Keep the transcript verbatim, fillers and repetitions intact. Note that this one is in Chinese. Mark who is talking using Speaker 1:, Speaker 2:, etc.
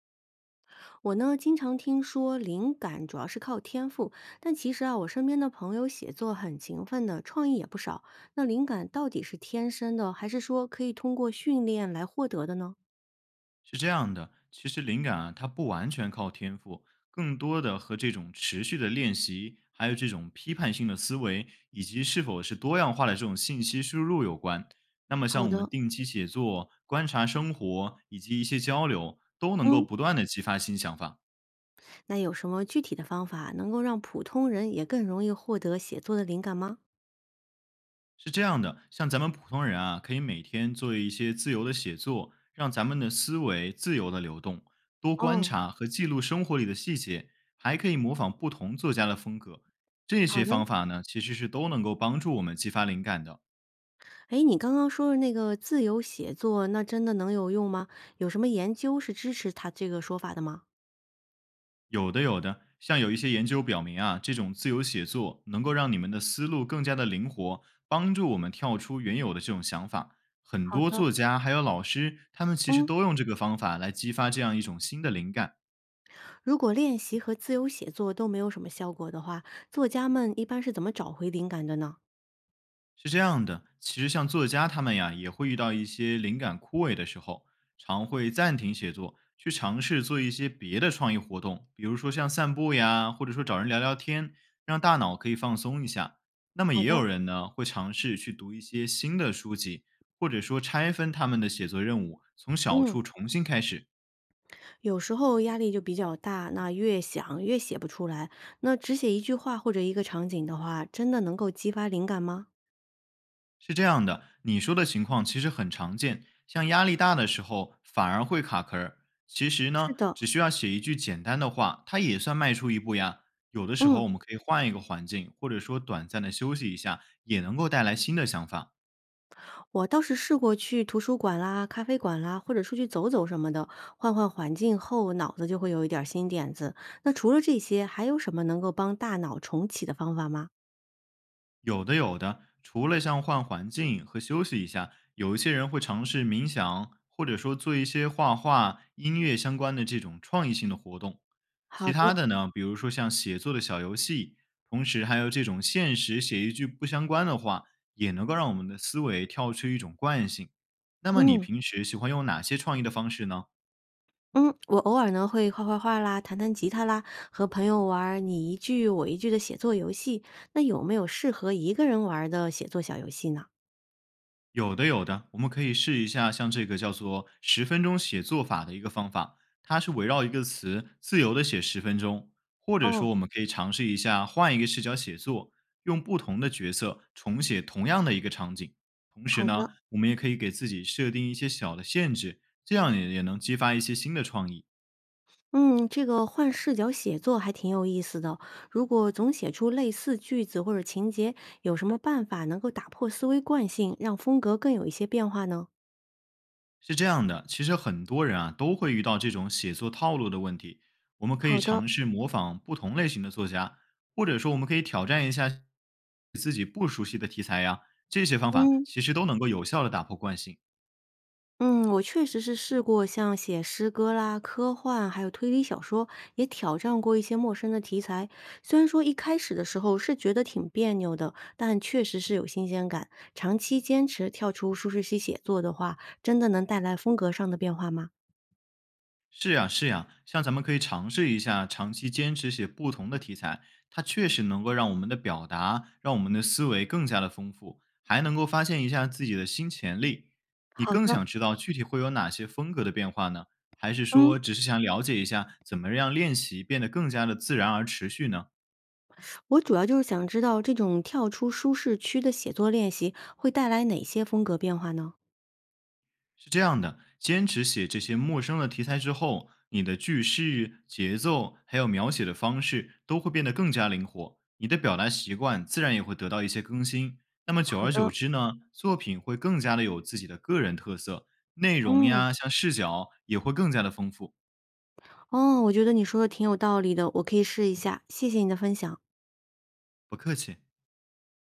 Speaker 1: 我呢，经常听说灵感主要是靠天赋，但其实啊，我身边的朋友写作很勤奋的，创意也不少。那灵感到底是天生的，还是说可以通过训练来获得的呢？
Speaker 2: 是这样的，其实灵感啊，它不完全靠天赋，更多的和这种持续的练习，还有这种批判性的思维，以及是否是多样化的这种信息输入有关。那么，像
Speaker 1: 好
Speaker 2: 我们
Speaker 1: 的，
Speaker 2: 定期写作、观察生活以及一些交流，都能够
Speaker 1: 嗯，
Speaker 2: 不断的激发新想法。
Speaker 1: 那有什么具体的方法能够让普通人也更容易获得写作的灵感吗？
Speaker 2: 是这样的，像咱们普通人啊，可以每天做一些自由的写作，让咱们的思维自由的流动，多观
Speaker 1: 哦，
Speaker 2: 察和记录生活里的细节，还可以模仿不同作家的风格。这
Speaker 1: 好
Speaker 2: 些
Speaker 1: 的。
Speaker 2: 方法呢，其实是都能够帮助我们激发灵感的。
Speaker 1: 诶，你刚刚说的那个自由写作，那真的能有用吗？有什么研究是支持他这个说法的吗？
Speaker 2: 有的，有的，像有一些研究表明啊，这种自由写作能够让你们的思路更加的灵活，帮助我们跳出原有的这种想法。很
Speaker 1: 好
Speaker 2: 多
Speaker 1: 的，
Speaker 2: 作家还有老师，他们其实
Speaker 1: 嗯。
Speaker 2: 都用这个方法来激发这样一种新的灵感。
Speaker 1: 如果练习和自由写作都没有什么效果的话，作家们一般是怎么找回灵感的呢？
Speaker 2: 是这样的，其实像作家他们呀，也会遇到一些灵感枯萎的时候，常会暂停写作，去尝试做一些别的创意活动，比如说像散步呀，或者说找人聊聊天，让大脑可以放松一下。那么
Speaker 1: 好
Speaker 2: 也有
Speaker 1: 的，
Speaker 2: 人呢，会尝试去读一些新的书籍，或者说拆分他们的写作任务，从小
Speaker 1: 嗯，
Speaker 2: 处重新开始。
Speaker 1: 有时候压力就比较大，那越想越写不出来。那只写一句话或者一个场景的话，真的能够激发灵感吗？
Speaker 2: 是这样的，你说的情况其实很常见，像压力大的时候反而会卡壳儿。其实
Speaker 1: 是
Speaker 2: 呢，
Speaker 1: 的，
Speaker 2: 只需要写一句简单的话，它也算迈出一步呀。有的时
Speaker 1: 嗯，
Speaker 2: 候我们可以换一个环境，或者说短暂的休息一下，也能够带来新的想法。
Speaker 1: 我倒是试过去图书馆啦、咖啡馆啦，或者出去走走什么的，换换环境后，脑子就会有一点儿新点子。那除了这些，还有什么能够帮大脑重启的方法吗？
Speaker 2: 有的，有的。除了像换环境和休息一下，有一些人会尝试冥想，或者说做一些画画、音乐相关的这种创意性的活动。
Speaker 1: 好
Speaker 2: 其
Speaker 1: 的，
Speaker 2: 他的呢，比如说像写作的小游戏，同时还有这种现实写一句不相关的话，也能够让我们的思维跳出一种惯性。那么你
Speaker 1: 嗯。
Speaker 2: 平时喜欢用哪些创意的方式呢？
Speaker 1: 嗯，我偶尔呢会画画画啦，弹弹吉他啦，和朋友玩儿你一句我一句的写作游戏。那有没有适合一个人玩儿的写作小游戏呢？
Speaker 2: 有的，有的，我们可以试一下，像这个叫做“十分钟写作法”的一个方法，它是围绕一个词自由的写十分钟，或者
Speaker 1: 哦，
Speaker 2: 说我们可以尝试一下换一个视角写作，用不同的角色重写同样的一个场景。同时
Speaker 1: 好
Speaker 2: 呢，
Speaker 1: 的，
Speaker 2: 我们也可以给自己设定一些小的限制，这样也也能激发一些新的创意。
Speaker 1: 嗯，这个换视角写作还挺有意思的。如果总写出类似句子或者情节，有什么办法能够打破思维惯性，让风格更有一些变化呢？
Speaker 2: 是这样的，其实很多人啊都会遇到这种写作套路的问题。我们可以
Speaker 1: 好的。
Speaker 2: 尝试模仿不同类型的作家，或者说我们可以挑战一下自己不熟悉的题材呀。这些方法
Speaker 1: 嗯。
Speaker 2: 其实都能够有效的打破惯性。
Speaker 1: 嗯，我确实是试过像写诗歌啦、科幻，还有推理小说，也挑战过一些陌生的题材。虽然说一开始的时候是觉得挺别扭的，但确实是有新鲜感。长期坚持跳出舒适区写作的话，真的能带来风格上的变化吗？
Speaker 2: 是呀，是呀，像咱们可以尝试一下，长期坚持写不同的题材，它确实能够让我们的表达，让我们的思维更加的丰富，还能够发现一下自己的新潜力。你
Speaker 1: 好
Speaker 2: 更
Speaker 1: 的，
Speaker 2: 想知道具体会有哪些风格的变化呢？还是
Speaker 1: 嗯，
Speaker 2: 说只是想了解一下怎么让练习变得更加的自然而持续呢？
Speaker 1: 我主要就是想知道这种跳出舒适区的写作练习会带来哪些风格变化呢？
Speaker 2: 是这样的，坚持写这些陌生的题材之后，你的句式、节奏还有描写的方式都会变得更加灵活，你的表达习惯自然也会得到一些更新。那么
Speaker 1: 好
Speaker 2: 久而久
Speaker 1: 的，
Speaker 2: 之呢，作品会更加的有自己的个人特色，内容
Speaker 1: 嗯，
Speaker 2: 呀，像视角也会更加的丰富。
Speaker 1: 哦，我觉得你说的挺有道理的，我可以试一下。谢谢你的分享。
Speaker 2: 不客气。